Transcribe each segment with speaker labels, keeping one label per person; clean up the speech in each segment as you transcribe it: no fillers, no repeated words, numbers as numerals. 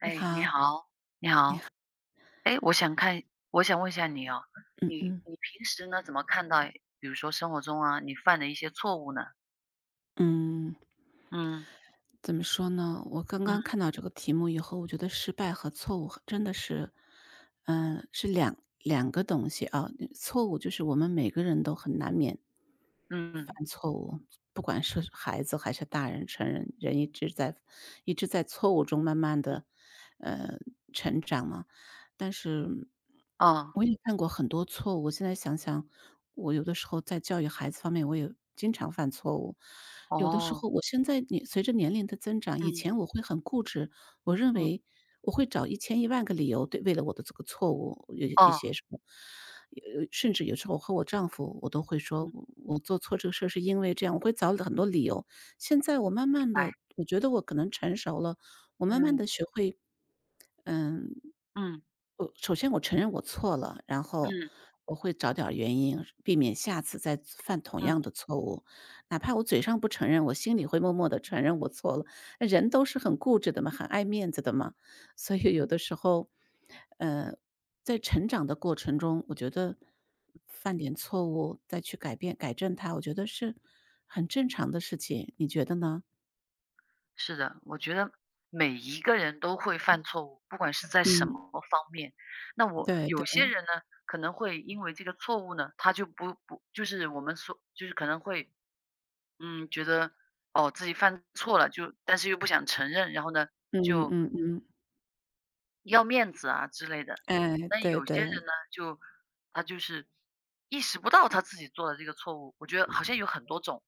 Speaker 1: 你
Speaker 2: 你
Speaker 1: 好，
Speaker 2: 好，你好，哎，我想问一下你哦，
Speaker 1: 嗯
Speaker 2: 你
Speaker 1: 嗯
Speaker 2: 你平时呢怎么看待，比如说生活中啊，你犯的一些错误呢？
Speaker 1: 嗯，
Speaker 2: 嗯
Speaker 1: 怎么说呢？我刚刚
Speaker 2: 嗯
Speaker 1: 看到这个题目以后，我觉得失败和错误真的是，两个东西啊。错误就是我们每个人都很难免
Speaker 2: 嗯
Speaker 1: 犯错误，不管是孩子还是大人、成人，人一直在错误中慢慢
Speaker 2: 嗯，
Speaker 1: 的呃成长嘛。但是
Speaker 2: 哦
Speaker 1: 我也犯过很多错误，我现在想想，我有的时候在教育孩子方面，我也经常犯错误。有的时
Speaker 2: 哦，
Speaker 1: 候我现在随着年龄的增长，以前
Speaker 2: 嗯
Speaker 1: 我会很固执，我认为
Speaker 2: 嗯
Speaker 1: 我会找一千一万个理由，对，为了我的这个错误，有一
Speaker 2: 哦
Speaker 1: 些什么，有甚至有时候我和我丈夫，我都会说
Speaker 2: 嗯，
Speaker 1: 我做错这个事儿是因为这样，我会找很多理由。现在我慢
Speaker 2: 明
Speaker 1: 慢
Speaker 2: 白，
Speaker 1: 的，我觉得我可能成熟了，我慢慢的
Speaker 2: 嗯
Speaker 1: 学会，嗯
Speaker 2: 嗯
Speaker 1: 首先我承认我错了，然后
Speaker 2: 嗯
Speaker 1: 我会找点儿原因，避免下次再犯同
Speaker 2: 嗯，
Speaker 1: 样的错误。哪怕我嘴上不承认，我心里会默默地承认我错了。那人都是很固执的嘛，很爱面子的嘛，所以有的时候，呃，在成长的过程中，我觉得犯点错误，再去改变、改正它，我觉得是很正常的事情，你觉得呢？
Speaker 2: 是的，我觉得每一个人都会犯错误，不管是在什么
Speaker 1: 嗯，
Speaker 2: 方面。那我
Speaker 1: 对
Speaker 2: 有些
Speaker 1: 对，
Speaker 2: 人呢，可能会因为这个错误呢，他就不就是我们说就是可能会嗯，觉得，哦，自己犯错了，就但是又不想承认，然后呢，
Speaker 1: 嗯
Speaker 2: 就
Speaker 1: 嗯嗯，
Speaker 2: 要面子啊之类的。
Speaker 1: 哎，
Speaker 2: 但
Speaker 1: 对
Speaker 2: 有些人
Speaker 1: 对，
Speaker 2: 呢，就他就是意识不到他自己做的这个错误，我觉得好像有很多种。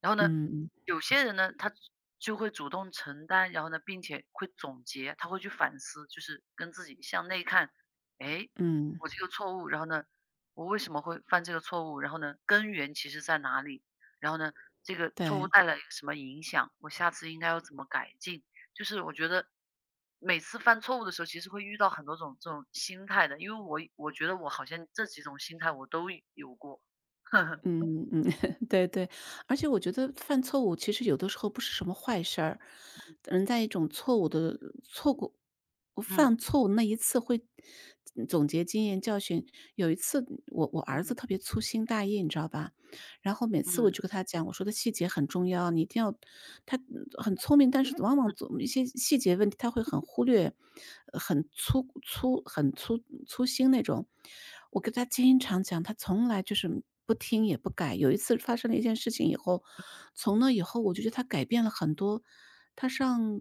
Speaker 2: 然后呢，
Speaker 1: 嗯嗯
Speaker 2: 有些人呢，他就会主动承担，然后呢，并且会总结，他会去反思，就是跟自己向内看，哎，
Speaker 1: 嗯。
Speaker 2: 我这个错误，然后呢，我为什么会犯这个错误？然后呢，根源其实在哪里？然后呢，这个错误
Speaker 1: 对，
Speaker 2: 带来一个什么影响？我下次应该要怎么改进？就是我觉得每次犯错误的时候，其实会遇到很多种这种心态的，因为我觉得我好像这几种心态我都有过。
Speaker 1: 嗯嗯，对对。而且我觉得犯错误其实有的时候不是什么坏事儿，人在一种错误的，错过，我
Speaker 2: 嗯
Speaker 1: 犯错误那一次会总结经验教训。有一次我儿子
Speaker 2: 嗯
Speaker 1: 特别粗心大意，你知道吧？然后每次我就
Speaker 2: 嗯
Speaker 1: 跟他讲，我说的细节很重要，你一定要。他很聪明，但是往往
Speaker 2: 嗯
Speaker 1: 总一些细节问题他会很忽略，很粗心那种。我跟他经常讲，他从来就是不听也不改。有一次发生了一件事情以后，从那以后我就觉得他改变了很多。他上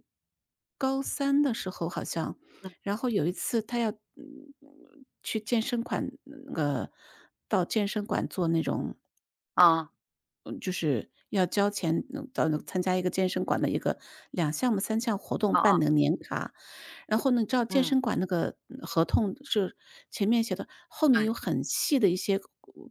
Speaker 1: 高三的时候好像，
Speaker 2: 嗯，
Speaker 1: 然后有一次他要去健身馆那个，到健身馆做那种，
Speaker 2: 啊
Speaker 1: 嗯，就是要交钱，到参加一个健身馆的一个两项目三项活动
Speaker 2: 啊
Speaker 1: 办
Speaker 2: 啊
Speaker 1: 的年卡。然后呢，你知道健
Speaker 2: 嗯，
Speaker 1: 身馆那个合同是前面写的，后面
Speaker 2: 对，
Speaker 1: 有很细的一些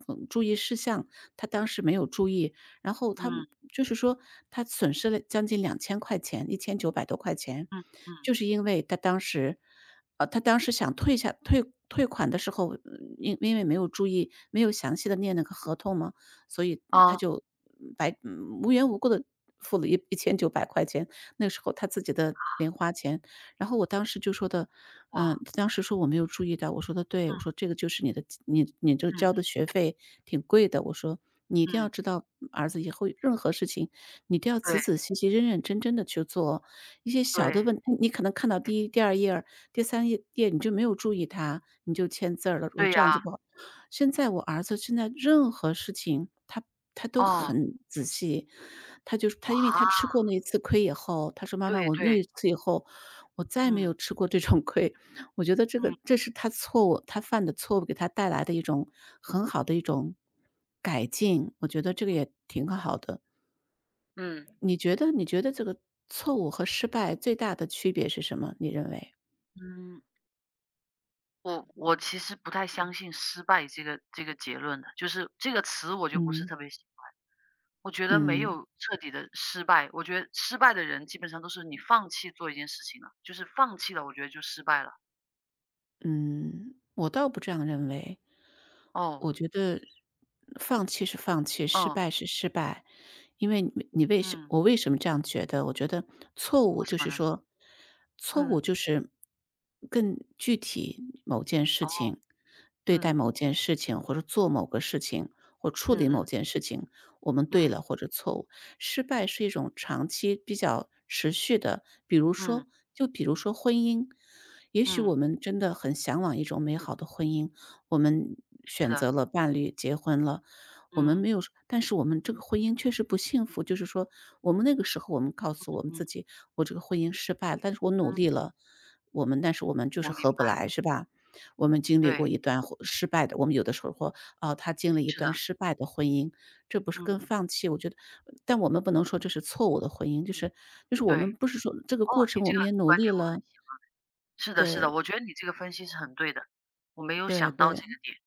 Speaker 1: 注意事项，他当时没有注意，然后他
Speaker 2: 嗯
Speaker 1: 就是说他损失了将近两千块钱，一千九百多块钱。
Speaker 2: 嗯嗯，
Speaker 1: 就是因为他当时，他当时想退下退退款的时候，因为没有注意，没有详细的念那个合同吗？所以他
Speaker 2: 啊，
Speaker 1: 就白无缘无故的付了一千九百块钱，那时候他自己的零花钱。然后我当时就说的，
Speaker 2: 哇，
Speaker 1: 他当时说我没有注意到，我说的：“对，我说这个就是你的你这
Speaker 2: 嗯嗯
Speaker 1: 交的
Speaker 2: 嗯
Speaker 1: 学费挺贵的。”我说：“你一定要
Speaker 2: 嗯，
Speaker 1: 知道儿子，以后任何事情，你都要仔
Speaker 2: 对
Speaker 1: 仔细细、认认真真的去做。一些小的
Speaker 2: 对
Speaker 1: 问你可能看到第一、第二页儿、第三页你就没有注意它，你就签字儿了。”我说：
Speaker 2: 对
Speaker 1: “这
Speaker 2: 呀，
Speaker 1: 样就不好。”现在我儿子，现在任何事情，他都
Speaker 2: 哦，
Speaker 1: 很仔细。他就是他
Speaker 2: 哇，
Speaker 1: 因为他吃过那一次亏以后，他说：“妈妈，
Speaker 2: 对
Speaker 1: 我那一
Speaker 2: 对，
Speaker 1: 次以后，我再没
Speaker 2: 嗯
Speaker 1: 有吃过这种亏。”我觉得这个，
Speaker 2: 嗯
Speaker 1: 这是他错误，他犯的错误给他带来的一种很好的一种改进，我觉得这个也挺好的。
Speaker 2: 嗯
Speaker 1: 你觉得这个错误和失败最大的区别是什么？你认为？
Speaker 2: 嗯，我其实不太相信失败这个结论的，就是这个词我就不是
Speaker 1: 嗯，
Speaker 2: 特别喜欢。我觉得没
Speaker 1: 嗯。
Speaker 2: 有彻底的失败，我觉得失败的人基本上都是你放弃做一件事情了，就是放弃了，我觉得就失败了。
Speaker 1: 嗯，我倒不这样认为。
Speaker 2: 哦，
Speaker 1: 我觉得放弃是放弃，失
Speaker 2: 嗯
Speaker 1: 败是失败。因为你你为什
Speaker 2: 嗯，
Speaker 1: 我为什么这样觉得？我觉得错误
Speaker 2: 为什
Speaker 1: 就
Speaker 2: 么
Speaker 1: 是
Speaker 2: 呢？
Speaker 1: 说，错误
Speaker 2: 嗯，
Speaker 1: 就是更具体某件事
Speaker 2: 哦，
Speaker 1: 情，对待
Speaker 2: 嗯
Speaker 1: 某件事情，或者做某个事情，或处理
Speaker 2: 嗯
Speaker 1: 某
Speaker 2: 嗯
Speaker 1: 件事情，我们对
Speaker 2: 嗯
Speaker 1: 了或者错误。失败是一种长期比较持续的，比如
Speaker 2: 嗯
Speaker 1: 说，婚姻，也许我
Speaker 2: 嗯，
Speaker 1: 们真的很向往一种美好的婚姻，我们
Speaker 2: 是
Speaker 1: 选
Speaker 2: 的，
Speaker 1: 择了伴侣，结婚了。我们
Speaker 2: 嗯
Speaker 1: 没有说，但是我们这个婚姻确实不幸福。就是说，我们那个时候，我们告诉我们
Speaker 2: 嗯
Speaker 1: 自
Speaker 2: 嗯，
Speaker 1: 己，我这个婚姻失败了，但是我努力了，但是我们就
Speaker 2: 我
Speaker 1: 是
Speaker 2: 明
Speaker 1: 合不
Speaker 2: 白，
Speaker 1: 来，是吧？我们经历过
Speaker 2: 对，
Speaker 1: 一段婚失败的，我们有的时候，哦，他经历一
Speaker 2: 是的，
Speaker 1: 段失败的婚姻，这不是跟
Speaker 2: 嗯，
Speaker 1: 放弃，我觉得，但我们不能说这是错误的婚姻，就是我
Speaker 2: 对，
Speaker 1: 们不
Speaker 2: 哦，
Speaker 1: 是说，这个过
Speaker 2: 你
Speaker 1: 程
Speaker 2: 这
Speaker 1: 我们也
Speaker 2: 个
Speaker 1: 努
Speaker 2: 观点
Speaker 1: 力
Speaker 2: 我很
Speaker 1: 了。
Speaker 2: 喜欢，是的，是的，我
Speaker 1: 对
Speaker 2: 觉得你这个分析是很对的，我没有
Speaker 1: 对
Speaker 2: 想到这
Speaker 1: 对
Speaker 2: 个点，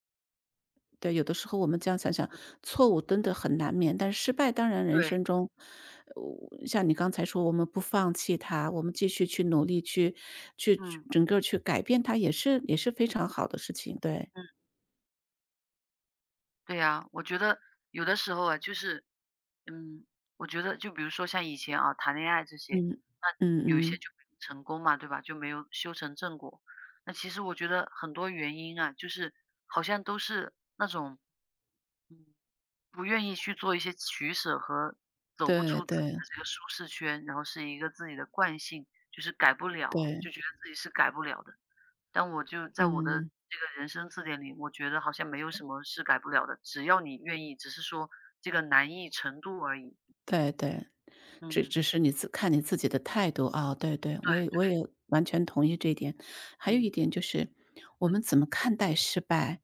Speaker 1: 对，有的时候我们这样想想，错误真的很难免，但是失败当然人
Speaker 2: 对，
Speaker 1: 生中，像你刚才说我们不放弃他，我们继续去努力，去
Speaker 2: 嗯
Speaker 1: 整个去改变他，也是也是非常好的事情。对，
Speaker 2: 嗯。对呀，我觉得有的时候啊，就是，嗯，我觉得就比如说像以前啊，谈恋爱这些，
Speaker 1: 嗯，
Speaker 2: 那
Speaker 1: 嗯
Speaker 2: 有一些
Speaker 1: 嗯，
Speaker 2: 就没有成功嘛，对吧？就没有修成正果。那其实我觉得很多原因啊，就是好像都是那种，嗯，不愿意去做一些取舍和走不
Speaker 1: 对
Speaker 2: 出自己
Speaker 1: 对
Speaker 2: 的这个舒适圈，然后是一个自己的惯性，就是改不了，
Speaker 1: 对，
Speaker 2: 就觉得自己是改不了的。但我就在我的
Speaker 1: 嗯。
Speaker 2: 这个人生字典里，我觉得好像没有什么是改不了的，只要你愿意，只是说这个难易程度而已。
Speaker 1: 对对，只
Speaker 2: 嗯，
Speaker 1: 是你自看你自己的态度啊。对对，
Speaker 2: 对，
Speaker 1: 我也完全同意这一点。还有
Speaker 2: 嗯
Speaker 1: 一点就是，我
Speaker 2: 嗯
Speaker 1: 们怎么看待失败？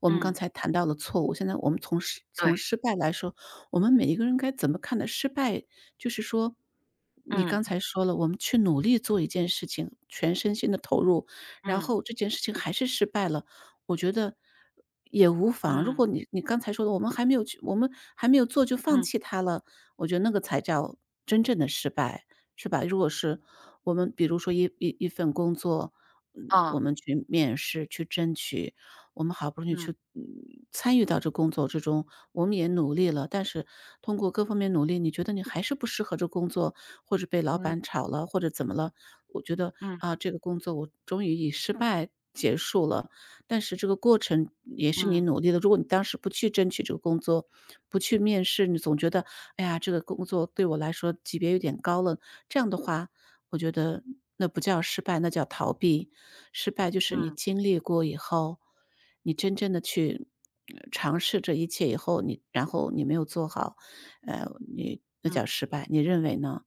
Speaker 1: 我们刚
Speaker 2: 嗯，
Speaker 1: 才谈到了错误，现在我们从
Speaker 2: 对，
Speaker 1: 失败来说，我们每一个人该怎么看待失败？就是说，你刚
Speaker 2: 嗯
Speaker 1: 才说了，我们去努力做一件事情，全身心的投入，然
Speaker 2: 嗯
Speaker 1: 后这件事情还是失败了，我觉得也无妨。如果
Speaker 2: 嗯
Speaker 1: 你刚才说的，我们还没有去，我们还没有做就放
Speaker 2: 嗯，
Speaker 1: 弃它了，我觉得那个才叫真正的失败，是吧？如果是我们比如说一份工作，我
Speaker 2: 啊，
Speaker 1: 们去面试、去争取，我们好不容易
Speaker 2: 嗯
Speaker 1: 去，参与到这工作之中，我们也努力了，但是通过各方面努力，你觉得你还是不适合这工作，或者被老
Speaker 2: 嗯
Speaker 1: 板炒了，或者怎么了？我觉得，
Speaker 2: 嗯
Speaker 1: 啊，这个工作我终于以失败结束了，但是这个过程也是你
Speaker 2: 嗯
Speaker 1: 努力的。如果你当时不去争取这个工作，不去面试，你总觉得，哎呀，这个工作对我来说级别有点高了，这样的话，我觉得那不叫失败，那叫逃避。失败就是你
Speaker 2: 嗯
Speaker 1: 经历过以后，你真正的去尝试这一切以后，你然后你没有做好，呃，你那
Speaker 2: 嗯，
Speaker 1: 叫失败，你认为呢？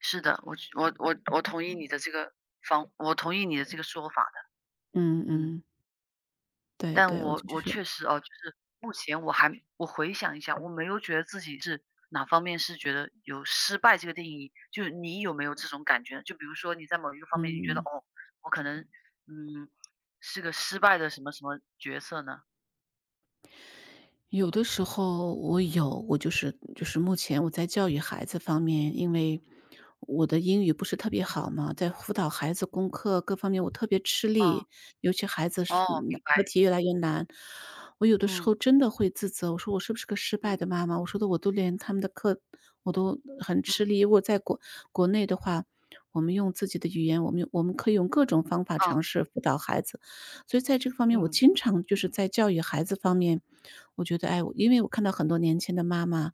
Speaker 2: 是的，我同意你的这个我同意你的这个说法，
Speaker 1: 嗯
Speaker 2: 嗯。
Speaker 1: 嗯，对
Speaker 2: 但
Speaker 1: 对，我
Speaker 2: 我
Speaker 1: 就
Speaker 2: 我
Speaker 1: 是
Speaker 2: 确实哦，就是目前我还回想一下，我没有觉得自己是哪方面是觉得有失败这个定义，就是你有没有这种感觉？就比如说你在某一个方面，你觉
Speaker 1: 嗯。
Speaker 2: 得
Speaker 1: 嗯
Speaker 2: 哦，我可能嗯是个失败的什么什么角色呢？
Speaker 1: 有的时候我有，我就是目前我在教育孩子方面，因为我的英语不是特别好嘛，在辅导孩子功课各方面我特别吃力，
Speaker 2: 哦
Speaker 1: 尤其孩子是
Speaker 2: 哦，明
Speaker 1: 课
Speaker 2: 白，
Speaker 1: 题越来越难，我有的时
Speaker 2: 嗯
Speaker 1: 候真的会自责，我说我是不是个失败
Speaker 2: 嗯
Speaker 1: 的妈妈？我说的我都连他们的课我都很
Speaker 2: 嗯，
Speaker 1: 吃力。如果在国内的话，我们用自己的语言，我们可以用各种方法
Speaker 2: 哦，
Speaker 1: 尝试辅导孩子，所以在这个方面，我
Speaker 2: 嗯
Speaker 1: 经常就是在教育孩子方面。我觉得，哎，因为我看到很多年轻的妈妈，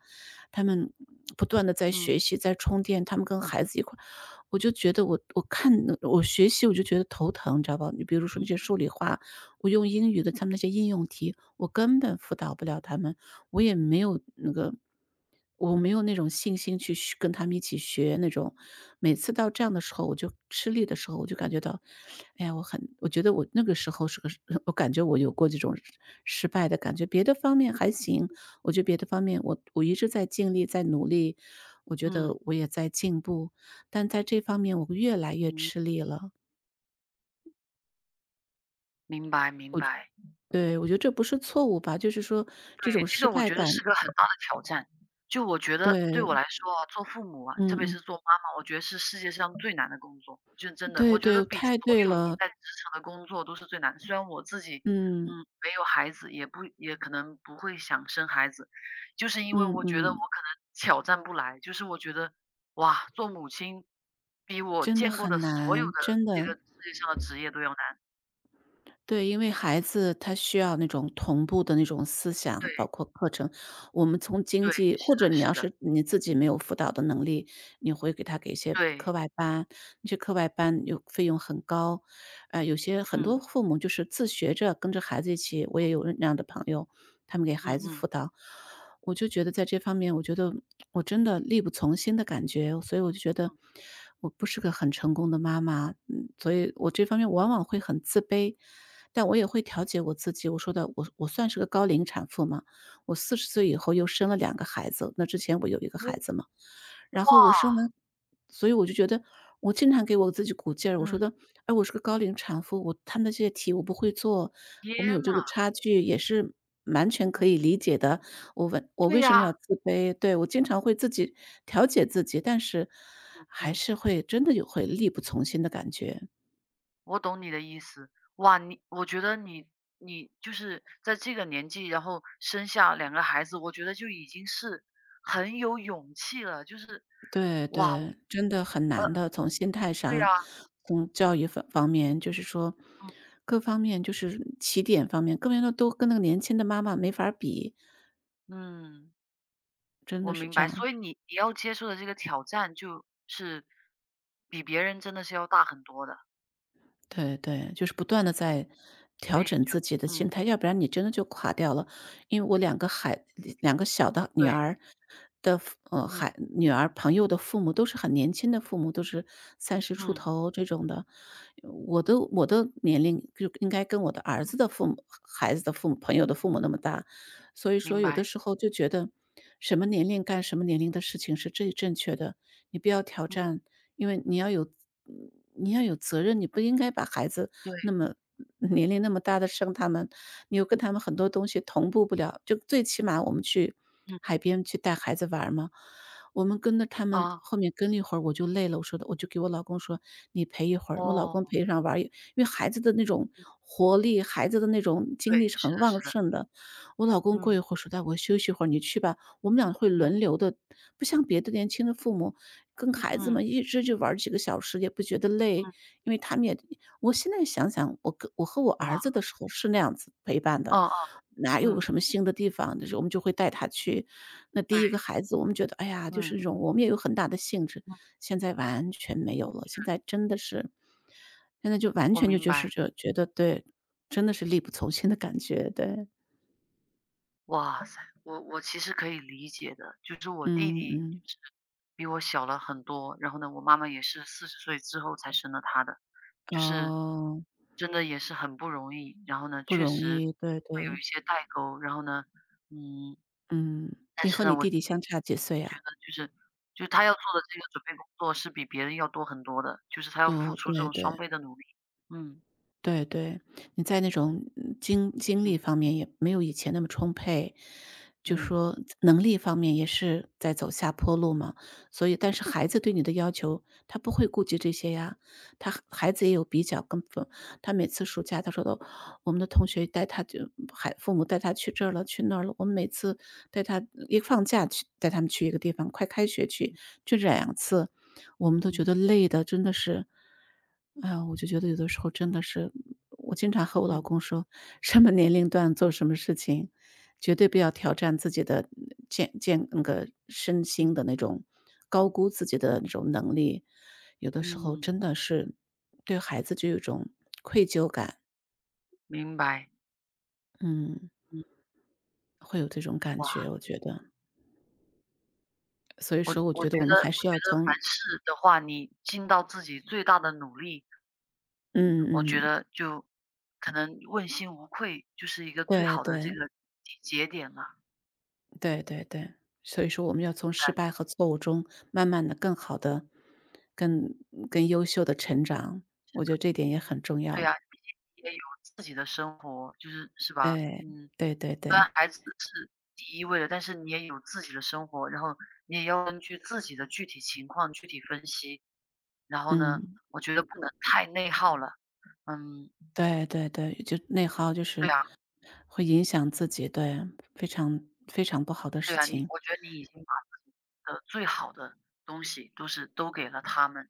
Speaker 1: 她们不断的在学
Speaker 2: 嗯
Speaker 1: 习、在充电，她们跟孩子一块儿，我就觉得我看我学习我就觉得头疼，你知道吧？你比如说那些
Speaker 2: 嗯
Speaker 1: 数理化，我用英语的他们那些应用题，我根本辅导不了他们，我也没有那个我没有那种信心去学跟他们一起学那种。每次到这样的时候，我就吃力的时候，我就感觉到，哎呀，我觉得我那个时候是个 我感觉我有过这种失败的感觉。别的方面还行，我觉得别的方面我一直在尽力，在努力，我觉得
Speaker 2: 嗯
Speaker 1: 我也在进步，但在这方面我越来越
Speaker 2: 嗯，
Speaker 1: 吃力了。
Speaker 2: 明白明白。
Speaker 1: 对，我觉得这不是错误吧，就是说这
Speaker 2: 对，
Speaker 1: 种
Speaker 2: 这
Speaker 1: 失
Speaker 2: 个我
Speaker 1: 败
Speaker 2: 觉得
Speaker 1: 感。
Speaker 2: 是个很大的挑战。就我觉得对我
Speaker 1: 对，
Speaker 2: 来说啊，做父母啊，
Speaker 1: 嗯
Speaker 2: 特别
Speaker 1: 嗯，
Speaker 2: 是做妈妈，我觉得是世界上最难的工作，就真的，
Speaker 1: 对
Speaker 2: 我觉得
Speaker 1: 对，
Speaker 2: 比所
Speaker 1: 太对
Speaker 2: 有你
Speaker 1: 了。
Speaker 2: 在职场的工作都是最难的。虽然我自己，嗯，
Speaker 1: 嗯，
Speaker 2: 没有孩子，也不也可能不会想生孩子，就是因为
Speaker 1: 嗯
Speaker 2: 我觉得我
Speaker 1: 嗯，
Speaker 2: 可能挑战不来，就是我觉得，哇，做母亲比我
Speaker 1: 真的
Speaker 2: 见过的
Speaker 1: 很
Speaker 2: 所有的
Speaker 1: 难，真
Speaker 2: 这
Speaker 1: 的。
Speaker 2: 个世界上的职业都要难。
Speaker 1: 对，因为孩子他需要那种同步的那种思想，
Speaker 2: 对
Speaker 1: 包括课程。我们从经
Speaker 2: 对，
Speaker 1: 济或
Speaker 2: 是
Speaker 1: 者
Speaker 2: 的
Speaker 1: 你要
Speaker 2: 是的，
Speaker 1: 是你自己没有辅导的能力，你会给他给一些课
Speaker 2: 对，
Speaker 1: 外班，那些课外班有费用很高。很多
Speaker 2: 嗯
Speaker 1: 父母就是自学着跟着孩子一起，我也有那样的朋友，他们给孩
Speaker 2: 嗯
Speaker 1: 子
Speaker 2: 嗯
Speaker 1: 辅导。我就觉得在这方面，我觉得我真的力不从心的感觉，所以我就觉得我不是个很成功的妈妈，嗯，所以我这方面往往会很自卑。但我也会调节我自己，我说的我算是个高龄产妇嘛，我40岁以后又生了两个孩子，那之前我有一个孩
Speaker 2: 嗯。
Speaker 1: 子嘛。然后我生
Speaker 2: 哇，
Speaker 1: 完所以我就觉得我经常给我自己鼓劲儿，我说
Speaker 2: 嗯，
Speaker 1: 的：“哎，我是个高龄产妇，他们的这些题我不会做，我们
Speaker 2: 天
Speaker 1: 有
Speaker 2: 呐，
Speaker 1: 这个差距也是完全可以
Speaker 2: 嗯
Speaker 1: 理解的，我
Speaker 2: 对
Speaker 1: 为什么
Speaker 2: 呀，
Speaker 1: 要自卑？”对，我经常会自己调节自己，但是还
Speaker 2: 嗯，
Speaker 1: 是会真的有会力不从心的感觉。
Speaker 2: 我懂你的意思。哇，你我觉得你就是在这个年纪，然后生下两个孩子，我觉得就已经是很有勇气了，就是
Speaker 1: 对
Speaker 2: 哇，
Speaker 1: 对，真的很
Speaker 2: 呃，
Speaker 1: 难的。从心态
Speaker 2: 对呀，
Speaker 1: 上，从教育方面，就是说
Speaker 2: 嗯，
Speaker 1: 各方面，就是起点方面，各方面都跟那个年轻的妈妈没法儿比，
Speaker 2: 嗯，
Speaker 1: 真
Speaker 2: 我
Speaker 1: 的是
Speaker 2: 明
Speaker 1: 这
Speaker 2: 白。
Speaker 1: 样。
Speaker 2: 所以你要接受的这个挑战就是比别人真的是要大很多的，
Speaker 1: 对对，就是不断的在
Speaker 2: 所
Speaker 1: 调
Speaker 2: 以
Speaker 1: 整
Speaker 2: 就
Speaker 1: 自己的心
Speaker 2: 嗯，
Speaker 1: 态，要不然你真的就垮掉了。因为我两个孩两个小的女
Speaker 2: 对，
Speaker 1: 儿的父呃，
Speaker 2: 嗯，
Speaker 1: 孩女儿朋友的父母都是很年轻的父母，都是三十出
Speaker 2: 嗯，
Speaker 1: 头这种的。我的年龄就应该跟我的儿子的父母孩子的父母朋友的父母那么大，所以说
Speaker 2: 明
Speaker 1: 有的
Speaker 2: 白，
Speaker 1: 时候就觉得什么年龄干什么年龄的事情是最正确的，你不要挑
Speaker 2: 嗯，
Speaker 1: 战因为你要有责任，你不应该把孩子
Speaker 2: 对，
Speaker 1: 那么年龄那么大的生他们，你又跟他们很多东西同步不了。就最起码我们去
Speaker 2: 嗯，
Speaker 1: 海边去带孩子玩儿嘛，我们跟着他们
Speaker 2: 啊，
Speaker 1: 后面跟了一会儿，我就累了，我说的我就给我老公说：“你陪一会儿。”我老公
Speaker 2: 哦。
Speaker 1: 陪上玩儿一因为孩子的那种活力，孩子的那种
Speaker 2: 对，
Speaker 1: 精力是
Speaker 2: 是
Speaker 1: 很
Speaker 2: 的
Speaker 1: 旺
Speaker 2: 是的，
Speaker 1: 盛的。我老公过一
Speaker 2: 嗯，
Speaker 1: 会儿说：“带我休息一会儿，你去吧。”我们俩会
Speaker 2: 嗯，
Speaker 1: 轮流的，不像别的年轻的父母，跟孩子们
Speaker 2: 嗯，
Speaker 1: 一直就玩儿几个小时也不觉得累，
Speaker 2: 嗯，
Speaker 1: 因为他们也我现在想想，我和我儿
Speaker 2: 哇，
Speaker 1: 子的时候是那样子陪伴的，
Speaker 2: 嗯
Speaker 1: 哪
Speaker 2: 嗯，
Speaker 1: 有个
Speaker 2: 嗯，
Speaker 1: 什么新的地方，就是我们就会带他去。那
Speaker 2: 对，
Speaker 1: 第一个孩子，我们觉得，哎呀，就是
Speaker 2: 嗯，
Speaker 1: 那种我们也有很大的兴致，
Speaker 2: 嗯，
Speaker 1: 现在完全没有了，现在真的是现在就完
Speaker 2: 我
Speaker 1: 全就
Speaker 2: 明
Speaker 1: 就是
Speaker 2: 白。
Speaker 1: 觉得对，真的是力不从心的感觉，对。
Speaker 2: 哇塞，我其实可以理解的，就是我弟
Speaker 1: 嗯
Speaker 2: 弟
Speaker 1: 嗯，
Speaker 2: 就是比我小了很多，然后呢，我妈妈也是40岁之后才生了他的，就是
Speaker 1: 哦。
Speaker 2: 真的也是很不容易，然后呢，
Speaker 1: 不
Speaker 2: 确
Speaker 1: 容
Speaker 2: 实
Speaker 1: 易，对
Speaker 2: 会有
Speaker 1: 对，
Speaker 2: 一些代沟，然后呢，嗯，
Speaker 1: 嗯，
Speaker 2: 但
Speaker 1: 你
Speaker 2: 是
Speaker 1: 和
Speaker 2: 呢，
Speaker 1: 你
Speaker 2: 我
Speaker 1: 弟弟相差几岁
Speaker 2: 觉
Speaker 1: 呀？
Speaker 2: 得就是他要做的这个准备工作是比别人要多很多的，就是他要付
Speaker 1: 多，
Speaker 2: 出这
Speaker 1: 对
Speaker 2: 种
Speaker 1: 对，
Speaker 2: 双倍的努力。嗯，
Speaker 1: 对对，你在那种精精
Speaker 2: 嗯，
Speaker 1: 力方面也没有以前那么充沛，就
Speaker 2: 嗯，
Speaker 1: 说能力方面也是在走下坡路嘛。所以，但是孩子对你的要求，他不会顾及这些呀。他孩子也有比较，他每次暑假他说的，我们的同学带他父母带他去这儿了，去那儿了，我们每次带他一放假去带他们去一个地方，快开学去，这两次我们都觉
Speaker 2: 嗯，
Speaker 1: 得累的，真的是，啊，我就觉得有的时候真的是我经常和我老
Speaker 2: 嗯，
Speaker 1: 公说，什么年龄段做什么事情，绝对不要挑战自己的那个身
Speaker 2: 嗯，
Speaker 1: 心的那种高估自己的那种能力。有的时候
Speaker 2: 嗯，
Speaker 1: 真的是对孩子就有一种愧疚感，
Speaker 2: 明白。
Speaker 1: 嗯，
Speaker 2: 嗯，
Speaker 1: 会有这种感
Speaker 2: 哇，
Speaker 1: 觉，我觉得。所以说我觉得我们还
Speaker 2: 我
Speaker 1: 是要
Speaker 2: 觉得凡
Speaker 1: 从
Speaker 2: 事的话，你尽到自己最大的努力，
Speaker 1: 嗯
Speaker 2: 我觉
Speaker 1: 嗯，
Speaker 2: 得就可能问心无愧，就是一个最
Speaker 1: 对
Speaker 2: 好的这
Speaker 1: 对
Speaker 2: 个节点了。
Speaker 1: 对对对，所以说我们要从
Speaker 2: 对，
Speaker 1: 失败和错误中，慢慢的、更好的、更更优秀的成长，我觉得这点也很重
Speaker 2: 对
Speaker 1: 要。
Speaker 2: 呀，毕竟你也有自己的生活，就是是吧？
Speaker 1: 对，
Speaker 2: 嗯。
Speaker 1: 对对
Speaker 2: 虽
Speaker 1: 对，
Speaker 2: 然孩子是第一位的，但是你也有自己的生活，然后你也要根据自己的具体情况具体分析。然后呢，
Speaker 1: 嗯，
Speaker 2: 我觉得不能太内耗了。嗯，
Speaker 1: 对对对，就内耗就
Speaker 2: 对
Speaker 1: 是
Speaker 2: 啊，
Speaker 1: 会影响自己，对，非常非常不好的
Speaker 2: 对
Speaker 1: 事
Speaker 2: 啊，你
Speaker 1: 情。
Speaker 2: 我觉得你已经把你的最好的东西都给了他们。